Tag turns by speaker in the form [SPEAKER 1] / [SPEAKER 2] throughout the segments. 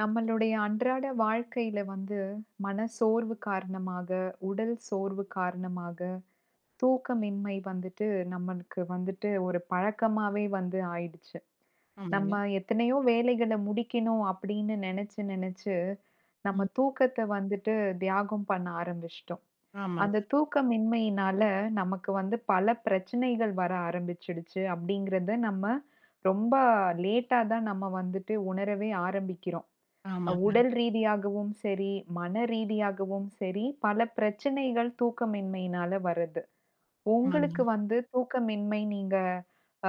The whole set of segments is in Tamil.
[SPEAKER 1] நம்மளுடைய அன்றாட வாழ்க்கையில வந்து மனசோர்வு காரணமாக, உடல் சோர்வு காரணமாக, தூக்கமின்மை வந்துட்டு நம்மளுக்கு வந்துட்டு ஒரு பழக்கமாவே வந்து ஆயிடுச்சு.
[SPEAKER 2] ஆமாங்க.
[SPEAKER 1] நம்ம எத்தனையோ வேலைகள முடிக்கணும் அப்படின்னு நெனச்சு, நெனச்சு
[SPEAKER 2] ம்.
[SPEAKER 1] நம்ம தூக்கத்த வந்துட்டு தியாகம் பண்ண ஆரம்பிச்சுட்டோம்.
[SPEAKER 2] ஆமாங்க,
[SPEAKER 1] அந்த தூக்கமின்மையினால நமக்கு வந்து பல பிரச்சனைகள் வர ஆரம்பிச்சிடுச்சு அப்படிங்கிறத நம்ம ரொம்ப லேட்டா தான் நம்ம வந்துட்டு உணரவே ஆரம்பிக்கிறோம்.
[SPEAKER 2] ஆமாங்க,
[SPEAKER 1] உடல் ரீதியாகவும் சரி, மன ரீதியாகவும் சரி, பல பிரச்சனைகள் தூக்கமின்மையினால வருது.
[SPEAKER 2] ஆமாங்க.
[SPEAKER 1] உங்களுக்கு வந்து தூக்கமின்மை நீங்க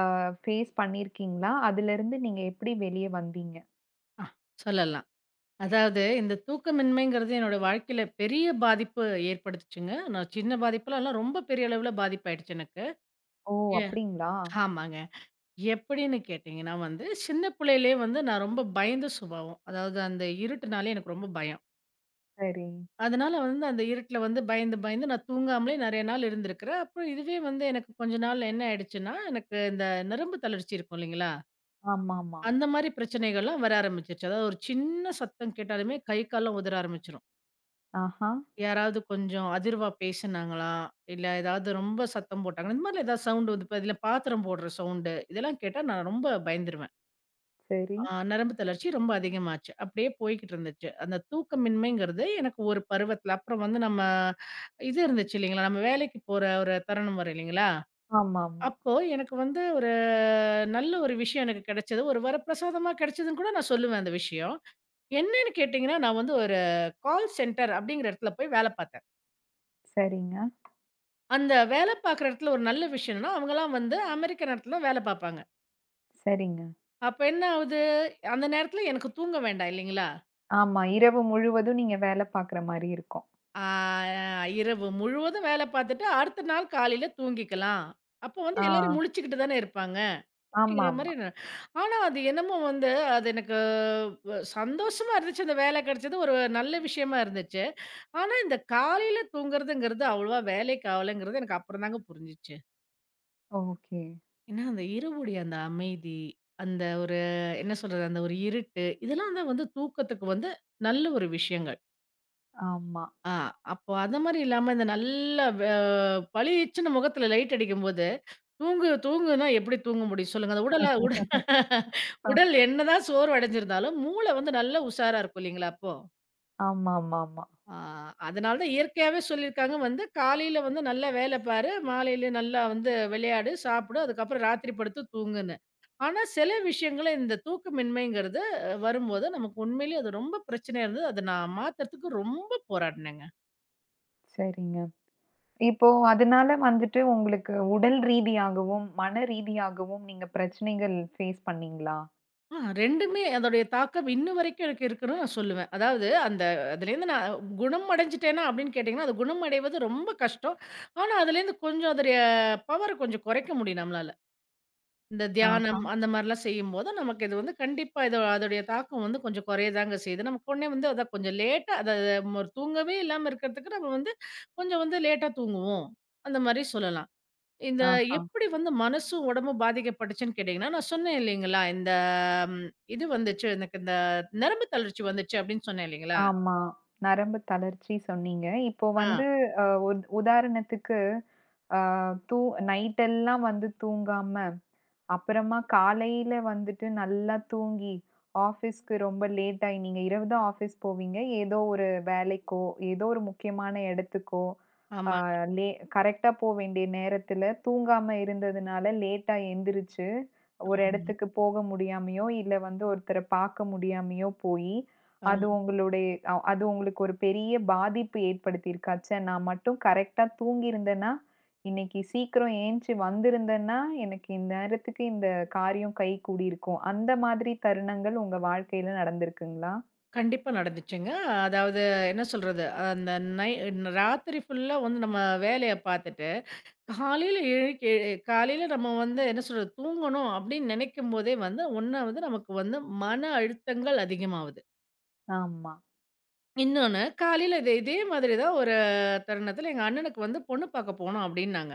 [SPEAKER 1] ஃபேஸ் பண்ணியிருக்கீங்களா? அதுலருந்து நீங்க எப்படி வெளிய வந்தீங்க?
[SPEAKER 2] ஆ சொல்லலாம். அதாவது இந்த தூக்கமின்மைங்கிறது என்னோட வாழ்க்கையில பெரிய பாதிப்பு ஏற்படுத்துச்சுங்க. நான் சின்ன பாதிப்புலாம் இல்ல, ரொம்ப பெரிய அளவுல பாதிப்பாயிடுச்சு எனக்கு.
[SPEAKER 1] ஓ!
[SPEAKER 2] எ
[SPEAKER 1] அப்படிங்களா?
[SPEAKER 2] ஆமாங்க. எப்படின்னு கேட்டீங்கன்னா வந்து, சின்ன பிள்ளையிலயே வந்து நான் ரொம்ப பயந்த சுபாவம். அதாவது அந்த இருட்டுனாலே எனக்கு ரொம்ப பயம்.
[SPEAKER 1] சரி.
[SPEAKER 2] அதனால வந்து அந்த இருட்டுல வந்து பயந்து, பயந்து நான் தூங்காமலே நெறைய நாள் இருந்திருக்கிறேன். அப்புறம் இதுவே வந்து எனக்கு கொஞ்ச நாள் என்ன ஆயிடுச்சுன்னா, எனக்கு இந்த நரம்பு தளர்ச்சி இருக்கும் இல்லைங்களா?
[SPEAKER 1] ஆமாமா.
[SPEAKER 2] அந்த மாரி பிரச்சனைகள்லாம் வர ஆரம்பிச்சுருச்சு. அதாவது ஒரு சின்ன சத்தம் கேட்டாலுமே கை, கால்லாம் உதற ஆரம்பிச்சுரும்.
[SPEAKER 1] ஆஹா!
[SPEAKER 2] யாராவது கொஞ்சம் அதிர்வா பேசினாங்களா, இல்ல ஏதாவது ரொம்ப சத்தம் போட்டாங்கன்னா, இந்த மாரிலாம் ஏதாவது சவுண்ட் வந்து இப்ப இதுல பாத்திரம் போடுற சவுண்டு, இதெல்லாம் கேட்டா நான் ரொம்ப பயந்துருவேன்.
[SPEAKER 1] சரி.
[SPEAKER 2] ஆ நரம்பு தளர்ச்சி ரொம்ப அதிகமாச்சு. அப்படியே போய்க்கிட்டு இருந்துச்சு. அந்த தூக்கமின்மைங்கிறது எனக்கு ஒரு பருவத்துல அப்புறம் வந்து நம்ம இது இருந்துச்சு இல்லைங்களா, நம்ம வேலைக்கு போற ஒரு தருணம் வரும் இல்லைங்களா,
[SPEAKER 1] ஆமாமா.
[SPEAKER 2] அப்போ எனக்கு வந்து ஒரு நல்ல ஒரு விஷயம் எனக்கு கிடைச்சது. ஒரு வரப்பிரசாதமா கிடைச்சதுன்னு கூட நான் சொல்லுவேன் அந்த விஷயம். என்னன்னு கேட்டீங்கன்னா, நான் வந்து ஒரு கால் சென்டர் அப்படிங்கிற இடத்துல போய் வேல பார்த்தேன்.
[SPEAKER 1] சரிங்க,
[SPEAKER 2] அந்த வேல பார்க்குற இடத்துல ஒரு நல்ல விஷயம் என்னன்னா, அவங்கலாம் வந்து அமெரிக்க நேரத்துல வேல பார்ப்பாங்க.
[SPEAKER 1] சரிங்க.
[SPEAKER 2] அப்ப என்ன ஆகுது, அந்த நேரத்துல எனக்கு தூங்க வேண்டாம் இல்லைங்களா?
[SPEAKER 1] ஆமா. இரவு முழுவதும் நீங்க வேல பாக்குற மாரி இருக்கும்.
[SPEAKER 2] ஆ இரவு முழுவதும் வேல பார்த்துட்டு, அடுத்த நாள் காலையில தூங்கிக்கலாம். அப்போ வந்து
[SPEAKER 1] ஆ.
[SPEAKER 2] எல்லாரும் முழிச்சுக்கிட்டு தானே இருப்பாங்க. அப்படிங்கிற மாரி
[SPEAKER 1] ஆமாமா.
[SPEAKER 2] நான். ஆனா அது என்னமோ வந்து அது எனக்கு வ சந்தோஷமா இருந்துச்சு. அந்த வேலை கிடைச்சது ஒரு நல்ல விஷயமா இருந்துச்சு. ஆனா இந்த காலையில தூங்குறதுங்கிறது அவ்வளவா வேலைக்கு ஆவலங்கிறது எனக்கு அப்புறம் தாங்க புரிஞ்சுச்சு.
[SPEAKER 1] ஓகே.
[SPEAKER 2] ஏன்னா அந்த இரவுடைய அந்த அமைதி, அந்த ஒரு என்ன சொல்றது? அந்த ஒரு இருட்டு, இதெல்லாம் தான் வந்து தூக்கத்துக்கு வந்து நல்ல ஒரு விஷயங்கள்.
[SPEAKER 1] ஆமா.
[SPEAKER 2] ஆ அப்போ அந்த மாரி இல்லாம இந்த நல்லா பளிச்சுன்னு முகத்துல லைட் அடிக்கும்போது தூங்கு தூங்குனா எப்படி தூங்க முடியும் சொல்லுங்க? அந்த
[SPEAKER 1] அ.
[SPEAKER 2] உடல் என்னதான் சோர்வு அடைஞ்சிருந்தாலும், மூளை வந்து நல்லா உஷாரா இருக்கும் இல்லைங்களா அப்போ?
[SPEAKER 1] ஆமாமாமா.
[SPEAKER 2] ஆ அதனால தான் இயற்கையாவே சொல்லியிருக்காங்க வந்து, "காலையில வந்து நல்லா வேலை பாரு, மாலையில நல்லா வந்து விளையாடு, சாப்பிடு, அதுக்கப்புறம் ராத்திரி படுத்து தூங்குன்னு." ஆனா சில விஷயங்கள இந்த தூக்கமின்மைங்கிறது வரும்போது, நமக்கு உண்மையிலேயே அது ரொம்ப பிரச்சனையா இருந்தது. அத நான் மாத்துறதுக்கு ரொம்ப போராடினேங்க.
[SPEAKER 1] சரிங்க. இப்போ அதனால வந்துட்டு உங்களுக்கு உடல் ரீதியாகவும், மன ரீதியாகவும் நீங்க பிரச்சனைகள் ஃபேஸ் பண்ணீங்களா?
[SPEAKER 2] 2மே அதோடைய தாக்கம் இன்ன வரைக்கும் எனக்கு இருக்குன்னு நான் சொல்லுவேன். அதாவது அந்த அதுலேருந்து நான் குணம் அடைஞ்சுட்டேனா அப்படின்னு கேட்டிங்கன்னா, அது குணம் அடைவது ரொம்ப கஷ்டம். ஆனா அதுலேருந்து கொஞ்சம் அதோடைய பவர கொஞ்சம் குறைக்க முடியும் நம்மளால. இந்த
[SPEAKER 1] ஆஹா,
[SPEAKER 2] தியானம் அந்த மாரிலாம் செய்யும்போது, நமக்கு இது வந்து கண்டிப்பா இது அதோடைய தாக்கம் வந்து கொஞ்சம் குறையதாங்க செய்யுது. நமக்கு உடனே வந்து அதான் கொஞ்சம் லேட்டா அத ஒரு தூங்கவே இல்லாம இருக்கிறதுக்கு நம்ம வந்து கொஞ்சம் வந்து லேட்டா தூங்குவோம். அந்த மாரி சொல்லலாம். இந்த
[SPEAKER 1] ஆஹா.
[SPEAKER 2] எப்படி வந்து மனசும், உடம்பும் பாதிக்கப்பட்டுச்சுன்னு கேட்டீங்கன்னா, நான் சொன்னேன் இல்லைங்களா? இந்த ம் இது வந்துச்சு எனக்கு இந்த நரம்பு தளர்ச்சி வந்துச்சு அப்படின்னு சொன்னேன் இல்லைங்களா?
[SPEAKER 1] ஆமா. நரம்பு தளர்ச்சி சொன்னீங்க. இப்போ
[SPEAKER 2] ஆ
[SPEAKER 1] வந்து அ உத் உதாரணத்துக்கு, அ தூ நைட் எல்லாம் வந்து தூங்காம அப்புறமா காலையில வந்துட்டு நல்லா தூங்கி, ஆஃபீஸ்க்கு ரொம்ப லேட் ஆயி நீங்க இரவு தான் ஆஃபீஸ் போவீங்க. ஏதோ ஒரு வேலைக்கோ, ஏதோ ஒரு முக்கியமான இடத்துக்கோ, அ
[SPEAKER 2] ஆமாங்க,
[SPEAKER 1] லே கரெக்ட்டா போ வேண்டிய நேரத்தில தூங்காம இருந்ததுனால லேட்டா எந்திரிச்சு, ஒரு
[SPEAKER 2] ஆமாங்க.
[SPEAKER 1] இடத்துக்கு போக முடியாமயோ, இல்ல வந்து ஒருத்தர பார்க்க முடியாமயோ போயி, அது
[SPEAKER 2] ஆமா.
[SPEAKER 1] உங்களுடைய அது உங்களுக்கு ஒரு பெரிய பாதிப்பு ஏற்படுத்தியிருக்கா? ச்சே! நான் மட்டும் கரெக்ட்டா தூங்கியிருந்தேன்னா, இன்னைக்கு சீக்கிரம் ஏஞ்சி வந்திருந்தேன்னா, எனக்கு இந்நேரத்துக்கு இந்த காரியம் கைகூடியிருக்கும். அந்த மாதிரி தருணங்கள் உங்க வாழ்க்கையில நடந்திருக்குங்களா?
[SPEAKER 2] கண்டிப்பா நடந்துச்சுங்க. அதாவது என்ன சொல்றது? அந்த நை ராத்திரி ஃபுல்லா வந்து நம்ம வேலைய பார்த்துட்டு, காலையில எழுக்க காலையில நம்ம வந்து என்ன சொல்றது? தூங்கணும் அப்படின்னு நினைக்கும் போதே வந்து, ஒண்ணாவது நமக்கு வந்து மன அழுத்தங்கள் அதிகமாவுது.
[SPEAKER 1] ஆமா.
[SPEAKER 2] இன்னொன்னு, காலையில இதே இதே மாதிரி தான் ஒரு தருணத்தில எங்க அண்ணனுக்கு வந்து பொண்ணு பாக்க போணும் அப்டின்னாங்க.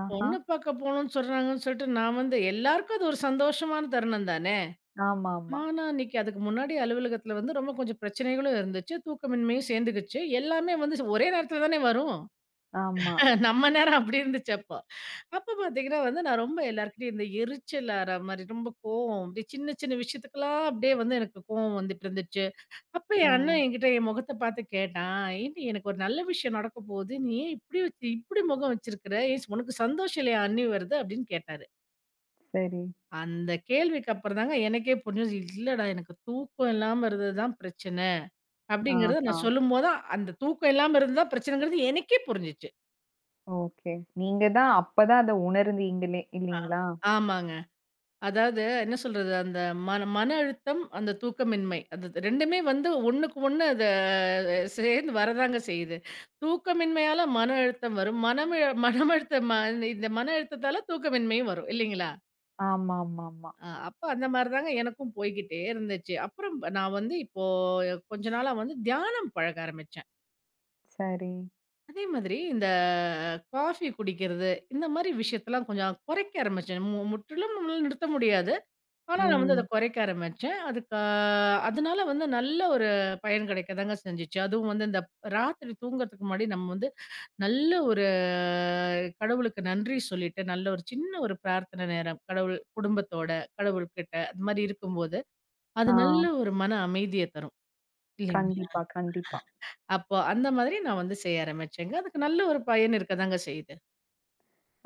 [SPEAKER 1] ஆஹா.
[SPEAKER 2] பொண்ணு பாக்க போணும்னு சொல்றாங்கன்னு சொல்லிட்டு நான் வந்து எல்லாருக்கும் அது ஒரு சந்தோஷமான தருணம் தானே!
[SPEAKER 1] ஆமாமா.
[SPEAKER 2] ஆனா, அன்னைக்கு அதுக்கு முன்னாடி அலுவலகத்தில வந்து ரொம்ப கொஞ்சம் பிரச்சனைகளும் இருந்துச்சு. தூக்கமின்மையும் சேர்ந்துக்குச்சு. எல்லாமே வந்து ஒரே நேரத்தில தானே வரும்.
[SPEAKER 1] ஆமா.
[SPEAKER 2] நம்ம நேரம் அப்டி இருந்துச்சு அப்போ. அப்ப பாத்தீங்கன்னா வந்து நான் ரொம்ப எல்லார்கிட்டயும் இந்த எரிச்சல் ஆற மாரி ரொம்ப கோவம் அப்டியே சின்ன சின்ன விஷயத்துக்கெல்லாம் அப்டியே வந்து எனக்கு கோவம் வந்துட்டு இருந்துச்சு. அப்ப
[SPEAKER 1] ஆ.
[SPEAKER 2] என் அண்ணன் என்கிட்ட என் முகத்த பார்த்து கேட்டான். "ஏன்டி எனக்கு ஒரு நல்ல விஷயம் நடக்க போகுது. நீ ஏன் இப்படி வச்சு இப்படி முகம் வச்சிருக்கிற? ஏன் உனக்கு சந்தோஷம் இல்லையா அண்ணி வருது?" அப்படின்னு கேட்டாரு.
[SPEAKER 1] சரி.
[SPEAKER 2] அந்த கேள்விக்கு அப்புறம் தாங்க எனக்கே புரிஞ்சது. இல்லடா எனக்கு தூக்கம் இல்லாம இருந்தது தான் பிரச்சனை. அப்படிங்கிறத
[SPEAKER 1] ஆஹா.
[SPEAKER 2] நான் சொல்லும்போது தான் அந்த தூக்கம் இல்லாம இருந்தது தான் பிரச்சனைங்கிறது எனக்கே புரிஞ்சுச்சு.
[SPEAKER 1] ஓகே. நீங்க தான் அப்ப தான் அத உணர்ந்தீங்களே
[SPEAKER 2] ஆ.
[SPEAKER 1] இல்லீங்களா?
[SPEAKER 2] ஆமாங்க. அதாவது என்ன சொல்றது? அந்த மன மன அழுத்தம், அந்த தூக்கமின்மை. அந்த 2மே வந்து ஒண்ணுக்கு ஒண்ணு அத சேர்ந்து வரதாங்க செய்யுது. தூக்கமின்மையால மன அழுத்தம் வரும். மனம் மனம் அழுத்தம் இந்த மன அழுத்தத்தால தூக்கமின்மையும் வரும். இல்லைங்களா?
[SPEAKER 1] ஆமாமாமா.
[SPEAKER 2] அப்ப அந்த மாரி தாங்க எனக்கும் போய்க்கிட்டே இருந்துச்சு. அப்புறம் நான் வந்து இப்போ கொஞ்ச நாளா வந்து தியானம் பழக ஆரம்பிச்சேன்.
[SPEAKER 1] சரி.
[SPEAKER 2] அதே மாதிரி இந்த காஃபி குடிக்கிறது, இந்த மாரி விஷயத்தலாம் கொஞ்சம் குறைக்க ஆரம்பிச்சேன். முற்றிலும் நம்மளால நிறுத்த முடியாது. ஆனா, நான் வந்து அத
[SPEAKER 1] ம்.
[SPEAKER 2] குறைக்க ஆரம்பிச்சேன். அதுக்கு அதனால வந்து நல்ல ஒரு பயன் கிடைக்கதாங்க செஞ்சுச்சு. அதுவும் வந்து இந்த ராத்திரி தூங்குறதுக்கு முன்னாடி நம்ம வந்து நல்ல ஒரு கடவுளுக்கு நன்றி சொல்லிட்டு, நல்ல ஒரு சின்ன ஒரு பிரார்த்தனை நேரம், கடவுள் குடும்பத்தோட, கடவுள்கிட்ட அது மாரி இருக்கும்போது, அது
[SPEAKER 1] ஆ.
[SPEAKER 2] நல்ல ஒரு மன அமைதிய தரும். இல்லைங்களா?
[SPEAKER 1] கண்டிப்பா, கண்டிப்பா.
[SPEAKER 2] அப்போ அந்த மாதிரி நான் வந்து செய்ய ஆரம்பிச்சேங்க. அதுக்கு நல்ல ஒரு பயன் இருக்கதாங்க செய்யுது.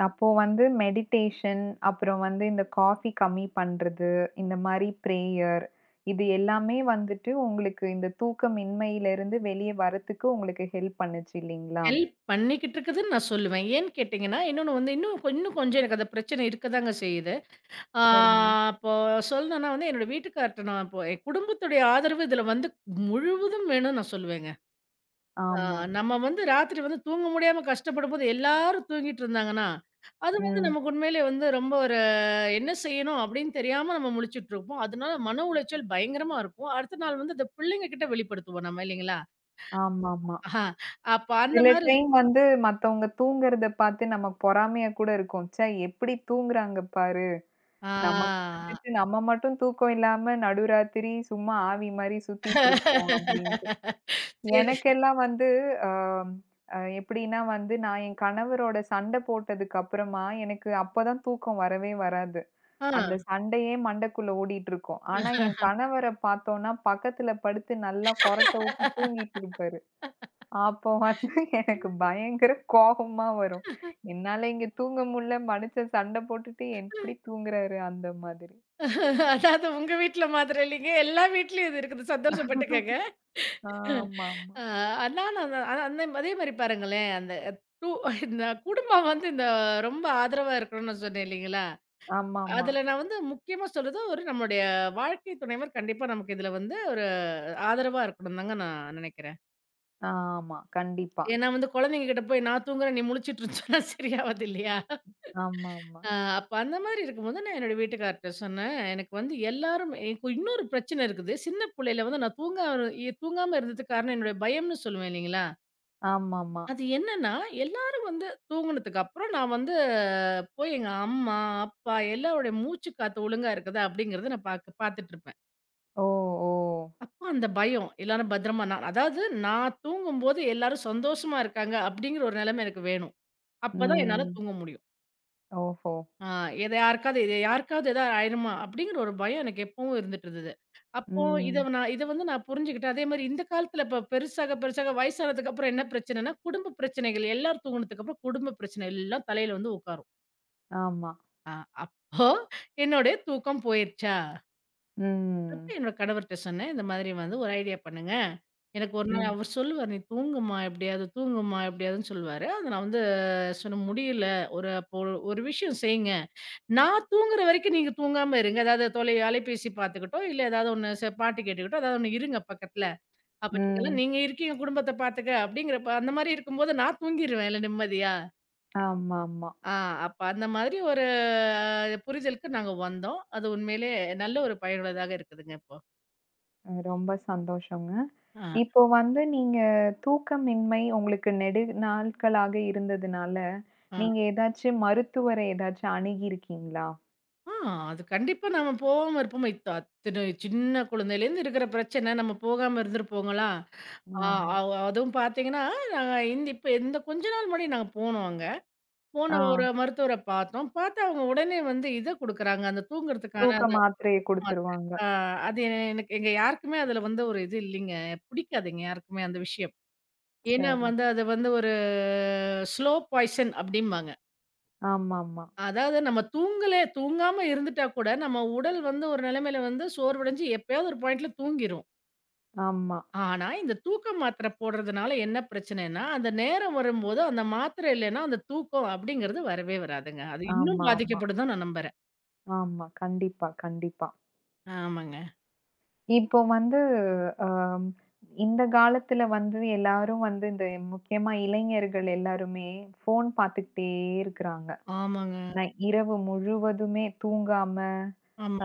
[SPEAKER 1] அப்போ வந்து மெடிடேஷன், அப்புறம் வந்து இந்த காஃபி கம்மி பண்றது, இந்த மாரி பிரேயர் இது எல்லாமே வந்துட்டு உங்களுக்கு இந்த தூக்கமின்மையிலிருந்து வெளிய வரத்துக்கு உங்களுக்கு ஹெல்ப் பண்ணுச்சு இல்லீங்களா?
[SPEAKER 2] ஹெல்ப் பண்ணிக்கிட்டு இருக்குதுன்னு நான் சொல்லுவேன். ஏன்னு கேட்டீங்கன்னா, இன்னொன்னு வந்து இன்னும் கொஞ்சம் எனக்கு அந்த பிரச்சனை இருக்கதாங்க செய்யுது. ஆ
[SPEAKER 1] சரிங்க.
[SPEAKER 2] அப்போ சொல்லணும்னா வந்து, என்னோட வீட்டுக்கார்ட்ட நான் இப்போ என் குடும்பத்துடைய ஆதரவு இதில வந்து முழுவதும் வேணும்னு நான் சொல்லுவேங்க. ஆ
[SPEAKER 1] ஆமாமா.
[SPEAKER 2] நம்ம வந்து ராத்திரி வந்து தூங்க முடியாம கஷ்டப்படும்போது எல்லாரும் தூங்கிட்டு இருந்தாங்கன்னா, அது வந்து
[SPEAKER 1] ம்.
[SPEAKER 2] நமக்கு உண்மையிலேயே வந்து ரொம்ப ஒரு என்ன செய்யணும் அப்படின்னு தெரியாம நம்ம முழிச்சுட்டுருப்போம். அதனால மன உளைச்சல் பயங்கரமா இருக்கும். அடுத்த நாள் வந்து இந்த பிள்ளைங்க கிட்ட வெளிப்படுத்துவோம் நம்ம இல்லைங்களா?
[SPEAKER 1] ஆமாமா.
[SPEAKER 2] ஆஹா, அப்ப அந்த
[SPEAKER 1] சில
[SPEAKER 2] மாரி.
[SPEAKER 1] டைம் வந்து மத்தவங்க தூங்குறத பார்த்து நமக்கு பொறாமையா கூட இருக்கும். ச்சே! எப்படி தூங்குறாங்க பாரு.
[SPEAKER 2] ஆ
[SPEAKER 1] நமக்கு வந்துட்டு நம்ம மட்டும் தூக்கம் இல்லாம நடுராத்திரி சும்மா ஆவி மாரி சுத்திட்டு இருக்கோம் அப்படின்னு.
[SPEAKER 2] சரி.
[SPEAKER 1] எனக்கெல்லாம் வந்து அம், எப்படின்னா வந்து, நான் என் கணவரோட சண்டை போட்டதுக்கு அப்புறமா, எனக்கு அப்பதான் தூக்கம் வரவே வராது.
[SPEAKER 2] ஆ.
[SPEAKER 1] அந்த சண்டையே மண்டைக்குள்ள ஓடிட்டுருக்கும். ஆனா, என் கணவர பார்த்தோம்னா, பக்கத்துல படுத்து நல்லா கொறட்ட விட்டு தூங்கிட்டு இருப்பாரு. அப்போ வந்து எனக்கு பயங்கர கோபமா வரும். என்னால இங்க தூங்க முடியல, மனுஷன் சண்டை போட்டுட்டு எப்படி தூங்குறாரு? அந்த மாதிரி.
[SPEAKER 2] அதாவது உங்க வீட்ல மாத்திரம் இல்லைங்க. எல்லா வீட்லயும் இது இருக்குது. சந்தோஷப்பட்டுக்கங்க.
[SPEAKER 1] ஆமாமா.
[SPEAKER 2] அ நானும் அந்த அந்த அதே மாரி பாருங்களேன், அந்த டூ இந்த குடும்பம் வந்து இந்த ரொம்ப ஆதரவா இருக்கணும்னு நான் சொன்னேன் இல்லைங்களா?
[SPEAKER 1] ஆமாமா. ஆமா.
[SPEAKER 2] அதுல நான் வந்து முக்கியமா சொல்றது ஒரு நம்மளுடைய வாழ்க்கை துணைவர் கண்டிப்பா நமக்கு இதுல வந்து ஒரு ஆதரவா இருக்கணும்னு தாங்க நான் நெனைக்கிறேன்.
[SPEAKER 1] ஆமா ஆமா கண்டிப்பா.
[SPEAKER 2] ஏன்னா வந்து குழந்தைங்க கிட்ட போய் நான் தூங்குறேன், நீ முழிச்சுட்டு இருந்தோம்னா சரியாவது இல்லையா?
[SPEAKER 1] ஆமாமா.
[SPEAKER 2] அப்ப அந்த மாரி இருக்கும்போது நான் என்னோட வீட்டுக்கார்ட்ட சொன்னேன். எனக்கு வந்து எல்லாரும் எனக்கு இன்னொரு பிரச்சனை இருக்குது. சின்ன புள்ளையில வந்து நான் தூங்க தூங்காம இருந்ததுக்கு காரணம் என்னுடைய பயம்னு சொல்லுவேன் இல்லைங்களா?
[SPEAKER 1] ஆமாமா.
[SPEAKER 2] அது என்னன்னா, எல்லாரும் வந்து தூங்குனதுக்கு அப்புறம் நான் வந்து போய் எங்க அம்மா, அப்பா எல்லாருடைய மூச்சு காத்து ஒழுங்கா இருக்குதா? அப்படிங்கிறத நான் பாக்க பாத்துட்டுருப்பேன்.
[SPEAKER 1] ஓ! ஓ!
[SPEAKER 2] அப்ப அந்த பயம். எல்லாரும் பத்திரமா நான் அதாவது நான் தூங்கும்போது எல்லாரும் சந்தோஷமா இருக்காங்க அப்படிங்கிற ஒரு நிலைமை எனக்கு வேணும். அப்பதான் என்னால
[SPEAKER 1] ம்.
[SPEAKER 2] தூங்க முடியும்.
[SPEAKER 1] ஓஹோ!
[SPEAKER 2] ஆ எத யாருக்காவது இது யாருக்காவது ஏதாவது ஆயிருமா? அப்படிங்கிற ஒரு பயம் எனக்கு எப்பவும் இருந்துட்டு இருந்தது. அப்போ
[SPEAKER 1] ம்.
[SPEAKER 2] இத வந்து நான் புரிஞ்சுகிட்டேன். அதே மாரி இந்த காலத்துல இப்ப பெருசாக வயசானதுக்கு அப்புறம் என்ன பிரச்சனைன்னா, குடும்ப பிரச்சனைகள் எல்லாரும் தூங்குனதுக்கு அப்புறம் குடும்ப பிரச்சனை எல்லாம் தலையில வந்து உட்காரும்.
[SPEAKER 1] ஆமா.
[SPEAKER 2] ஆ அப்போ என்னுடைய தூக்கம் போயிருச்சா? அப்ப
[SPEAKER 1] ம்.
[SPEAKER 2] என்னோட கணவர்ட்ட சொன்னேன். இந்த மாதிரி வந்து ஒரு ஐடியா பண்ணுங்க. எனக்கு ஒரு நாள்
[SPEAKER 1] ம்.
[SPEAKER 2] அவர் சொல்லுவாரு, "நீ தூங்குமா எப்படியாவது, தூங்குமா எப்படியாதுன்னு" சொல்லுவாரு. அத நான் வந்து சொன்ன முடியல. ஒரு அப்போ ஒரு விஷயம் செய்யுங்க. நான் தூங்குற வரைக்கும் நீங்க தூங்காம இருங்க. அதாவது தொலை அலைபேசி பார்த்துக்கிட்டோ, இல்ல ஏதாவது ஒண்ணு பாட்டு கேட்டுக்கிட்டோ, ஏதாவது ஒண்ணு இருங்க பக்கத்துல. அப்ப நீங்கலாம்
[SPEAKER 1] ம்.
[SPEAKER 2] நீங்க இருக்கீங்க குடும்பத்த பார்த்துக்க அப்படிங்கிறப்ப அந்த மாரி இருக்கும்போது நான் தூங்கிருவேன்ல நிம்மதியா.
[SPEAKER 1] ஆமாமா.
[SPEAKER 2] ஆ அப்ப அந்த மாதிரி ஒரு புரிதலுக்கு நாங்க வந்தோம். அது உண்மையிலே நல்ல ஒரு பயனுள்ளதாக இருக்குதுங்க இப்போ.
[SPEAKER 1] ரொம்ப சந்தோஷங்க.
[SPEAKER 2] ஆ,
[SPEAKER 1] இப்போ வந்து நீங்க தூக்கமின்மை உங்களுக்கு நெடு நாட்களாக இருந்ததுனால,
[SPEAKER 2] ஆ,
[SPEAKER 1] நீங்க ஏதாச்சும் மருத்துவரை ஏதாச்சும் அணுகியிருக்கீங்களா?
[SPEAKER 2] ஆ அது கண்டிப்பா நாம போகாம இருப்போமா? இத்த அத்தன சின்ன குழந்தையிலேருந்து இருக்கிற பிரச்சனை நம்ம போகாம இருந்திருப்போங்களா? ஆ,
[SPEAKER 1] ஆமா.
[SPEAKER 2] அதுவும் பார்த்தீங்கன்னா, நாங்க இந்த இப்ப இந்த கொஞ்ச நாள் முன்னாடி நாங்க போனோம் அங்க.
[SPEAKER 1] ஆ.
[SPEAKER 2] போன ஒரு மருத்துவர பார்த்தோம். பார்த்தா அவங்க உடனே வந்து இத குடுக்குறாங்க. அந்த தூங்குறதுக்கான
[SPEAKER 1] தூக்க
[SPEAKER 2] அந்த
[SPEAKER 1] மாத்திரைய
[SPEAKER 2] மாத்திரை.
[SPEAKER 1] குடுத்துருவாங்க.
[SPEAKER 2] ஆ அது எனக்கு எங்க யாருக்குமே அதுல வந்து ஒரு இது இல்லைங்க. பிடிக்காது எங்க யாருக்குமே அந்த விஷயம். ஏன்னா
[SPEAKER 1] சரி.
[SPEAKER 2] வந்து அது வந்து ஒரு ஸ்லோ பாய்சன் அப்டிம்பாங்க.
[SPEAKER 1] ஆமாமா.
[SPEAKER 2] அதாவது நம்ம தூங்கல தூங்காம இருந்துட்டா கூட நம்ம உடல் வந்து ஒரு நிலைமையில வந்து சோர்வடைஞ்சு எப்பயாவது ஒரு பாயிண்ட்ல தூங்கிரும்.
[SPEAKER 1] ஆமா.
[SPEAKER 2] ஆனா, இந்த தூக்க மாத்திரை போடுறதுனால என்ன பிரச்சனைன்னா, அந்த நேரம் வரும்போது அந்த மாத்திரை இல்லைன்னா அந்த தூக்கம் அப்படிங்கிறது வரவே வராதுங்க. அது இன்னும்
[SPEAKER 1] ஆமாமா. ஆமா.
[SPEAKER 2] பாதிக்கப்படும் தான் நான் நம்புறேன்.
[SPEAKER 1] ஆமா ஆமா கண்டிப்பா, கண்டிப்பா.
[SPEAKER 2] ஆமாங்க.
[SPEAKER 1] இப்போ வந்து, அம் இந்த காலத்துல வந்து எல்லாரும் வந்து இந்த முக்கியமா இளைஞர்கள் எல்லாருமே ஃபோன் பார்த்துக்கிட்டே இருக்கிறாங்க.
[SPEAKER 2] ஆமாங்க.
[SPEAKER 1] நான் இரவு முழுவதுமே தூங்காம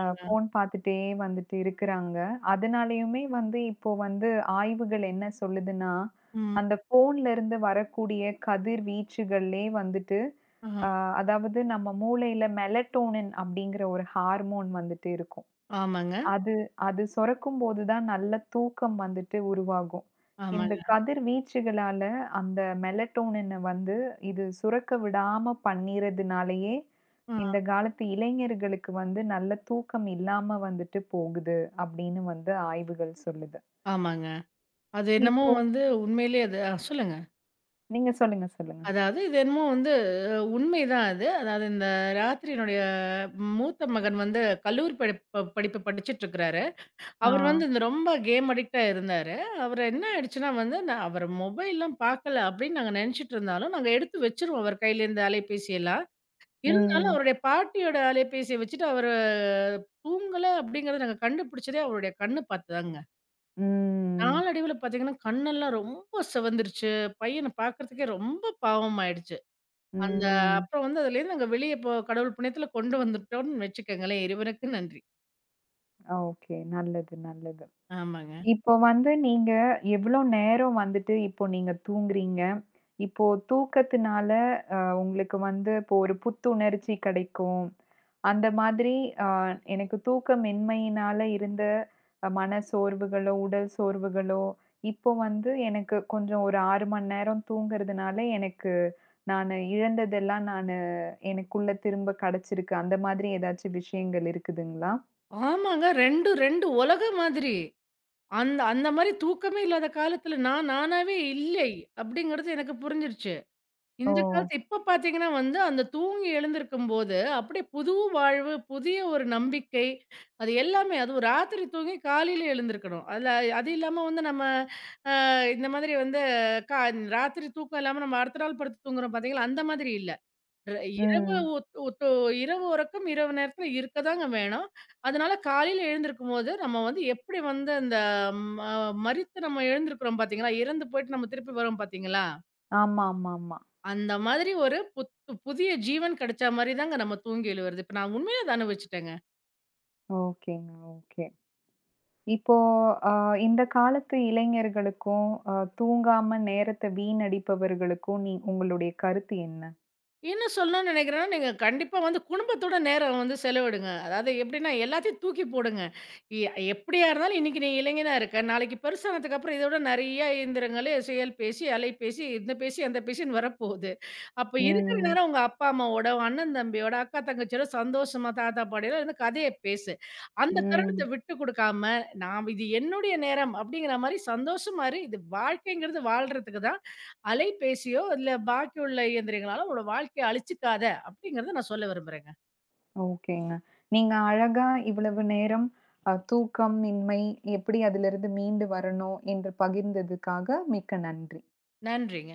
[SPEAKER 1] ஃபோன் பார்த்துட்டே வந்துட்டு இருக்கிறாங்க. அதனாலயுமே வந்து இப்போ வந்து ஆய்வுகள் என்ன சொல்லுதுன்னா,
[SPEAKER 2] ம்.
[SPEAKER 1] அந்த ஃபோன்ல இருந்து வரக்கூடிய கதிர்வீச்சுகள்லே வந்துட்டு,
[SPEAKER 2] ஆ.
[SPEAKER 1] அ அதாவது நம்ம மூளையில மெலட்டோனின் அப்படிங்கிற ஒரு ஹார்மோன் வந்துட்டு இருக்கும்.
[SPEAKER 2] ஆமாங்க.
[SPEAKER 1] அது அது சுரக்கும்போது தான் நல்ல தூக்கம் வந்துட்டு உருவாகும். இந்த
[SPEAKER 2] ஆமாங்க.
[SPEAKER 1] கதிர்வீச்சுகளால அந்த மெலட்டோனின வந்து இது சுரக்க விடாம பண்ணிறதுனாலேயே,
[SPEAKER 2] ஆ.
[SPEAKER 1] இந்த காலத்து இளைஞர்களுக்கு வந்து நல்ல தூக்கம் இல்லாம வந்துட்டு போகுது அப்படின்னு வந்து ஆய்வுகள் சொல்லுது.
[SPEAKER 2] ஆமாங்க. அது என்னமோ
[SPEAKER 1] இப்போ
[SPEAKER 2] வந்து உண்மையிலேயே அது சொல்லுங்க.
[SPEAKER 1] நீங்க சொல்லுங்க, சொல்லுங்க.
[SPEAKER 2] அதாவது இது என்னமோ வந்து உண்மைதான் அது. அதாவது இந்த ராத்திரி என்னுடைய மூத்த மகன் வந்து கல்லூரி படிப்பு படிப்பு படிச்சுட்டுருக்கிறாரு.
[SPEAKER 1] ஆ.
[SPEAKER 2] அவர் வந்து இந்த ரொம்ப கேம் அடிக்ட்டா இருந்தாரு. அவரு என்ன ஆயிடுச்சுன்னா வந்து, நான் அவரு மொபைல்லாம் பார்க்கல அப்படின்னு நாங்க நெனச்சுட்டு இருந்தாலும், நாங்க எடுத்து வச்சுருவோம் அவர் கையிலேருந்து அலைபேசியெல்லாம். இருந்தாலும்
[SPEAKER 1] ம்.
[SPEAKER 2] அவருடைய பாட்டியோட அலைபேசிய வச்சுட்டு அவரு தூங்கல அப்படிங்கிறத நாங்க கண்டுபிடிச்சதே அவருடைய கண்ணு பார்த்துதாங்க.
[SPEAKER 1] ம்.
[SPEAKER 2] நாளடைவுல பார்த்தீங்கன்னா, கண்ணெல்லாம் ரொம்ப சிவந்துருச்சு. பையன பார்க்கறதுக்கே ரொம்ப பாவமாயிடுச்சு. அந்த
[SPEAKER 1] ம்.
[SPEAKER 2] அப்புறம் வந்து அதுலேருந்து நாங்க வெளிய போ கடவுள் புண்ணியத்துல கொண்டு வந்துட்டோம்னு வச்சுக்கங்களேன். இறைவனுக்கு நன்றி.
[SPEAKER 1] ஓகே. நல்லது, நல்லது.
[SPEAKER 2] ஆமாங்க.
[SPEAKER 1] இப்போ வந்து நீங்க எவ்ளோ நேரம் வந்துட்டு இப்போ நீங்க தூங்குறீங்க? இப்போ தூக்கத்தினால உங்களுக்கு வந்து இப்போ ஒரு புத்துணர்ச்சி கிடைக்கும். அந்த மாதிரி அ எனக்கு தூக்கமின்மையினால இருந்த மன சோர்வுகளோ, உடல் சோர்வுகளோ, இப்போ வந்து எனக்கு கொஞ்சம் ஒரு 6 மணி நேரம் தூங்குறதுனால எனக்கு நானு இழந்ததெல்லாம் நானு எனக்குள்ள திரும்ப கிடைச்சிருக்கு. அந்த மாதிரி ஏதாச்சும் விஷயங்கள் இருக்குதுங்களா?
[SPEAKER 2] ஆமாங்க. 2 உலகம் மாதிரி. அந்த அந்த மாரி தூக்கமே இல்லாத காலத்துல நான் நானாவே இல்லை, அப்படிங்கிறது எனக்கு புரிஞ்சிருச்சு.
[SPEAKER 1] ஓ!
[SPEAKER 2] இந்த காலத்து இப்ப பார்த்தீங்கன்னா வந்து, அந்த தூங்கி எழுந்திருக்கும்போது, அப்படியே புது வாழ்வு, புதிய ஒரு நம்பிக்கை, அது எல்லாமே அதுவும் ராத்திரி தூங்கி காலையில எழுந்திருக்கணும். அதுல அது இல்லாம வந்து நம்ம அ இந்த மாதிரி வந்து கா ராத்திரி தூக்கம் இல்லாம நம்ம அடுத்த நாள் படுத்து தூங்குறோம் பார்த்தீங்களா, அந்த மாதிரி இல்ல. ர இரவு
[SPEAKER 1] ம்.
[SPEAKER 2] ஒத் ஒத்து இரவு உறக்கம் இரவு நேரத்தில இருக்க தாங்க வேணும். அதனால காலையில எழுந்திருக்கும்போது, நம்ம வந்து எப்படி வந்து அந்த ம மரித்து நம்ம எழுந்திருக்கிறோம் பார்த்தீங்களா, இறந்து போயிட்டு நம்ம திருப்பி வரோம் பார்த்தீங்களா?
[SPEAKER 1] ஆமாமாமா.
[SPEAKER 2] அந்த மாதிரி ஒரு புதிய ஜீவன் கிடைச்சா மாரி தாங்க நம்ம தூங்கி எழுவுறது. இப்ப நான் உண்மையா அத அனுபவிச்சுட்டேங்க.
[SPEAKER 1] ஓகேங்க. ஓகே. இப்போ அ இந்த காலத்து இளைஞர்களுக்கும், அ தூங்காம நேரத்த வீணடிப்பவர்களுக்கும் நீ உங்களுடைய கருத்து என்ன?
[SPEAKER 2] என்ன சொல்லணும்னு நினைக்கிறேன்னா, நீங்க கண்டிப்பா வந்து குடும்பத்தோட நேரம் வந்து செலவிடுங்க. அதாவது எப்படின்னா, எல்லாத்தையும் தூக்கி போடுங்க. எ எப்படியா இருந்தாலும் இன்னைக்கு நீ இளைஞனா இருக்க, நாளைக்கு பெருசானதுக்கப்புறம் இதோட நெறைய இயந்திரங்களே செயல்பேசி, அலைபேசி, இந்த பேசி, அந்த பேசின்னு வரப்போகுது. அப்ப இருக்கிற
[SPEAKER 1] ம்.
[SPEAKER 2] நேரம் உங்க அப்பா, அம்மாவோட, அண்ணன் தம்பியோட, அக்கா தங்கச்சியோட சந்தோஷமா தாத்தா, பாட்டியோட இருந்து கதைய பேசு. அந்த
[SPEAKER 1] ம்.
[SPEAKER 2] தருணத்த விட்டு குடுக்காம, நான் இது என்னுடைய நேரம் அப்படிங்கிற மாரி சந்தோஷமா இரு. இது வாழ்க்கைங்கிறது வாழ்றதுக்கு தான். அலைபேசியோ, இல்ல பாக்கி உள்ள இயந்திரங்களால உன்னோட வாழ்க்கைய அழிச்சுக்காத! அப்படிங்கிறத நான் சொல்ல விரும்புறேங்க.
[SPEAKER 1] ஓகேங்க. நீங்க அழகா இவ்வளவு நேரம் தூக்கம் இன்மை எப்படி அதிலிருந்து மீண்டு வரணும் என்று பகிர்ந்ததுக்காக மிக்க நன்றி.
[SPEAKER 2] நன்றிங்க.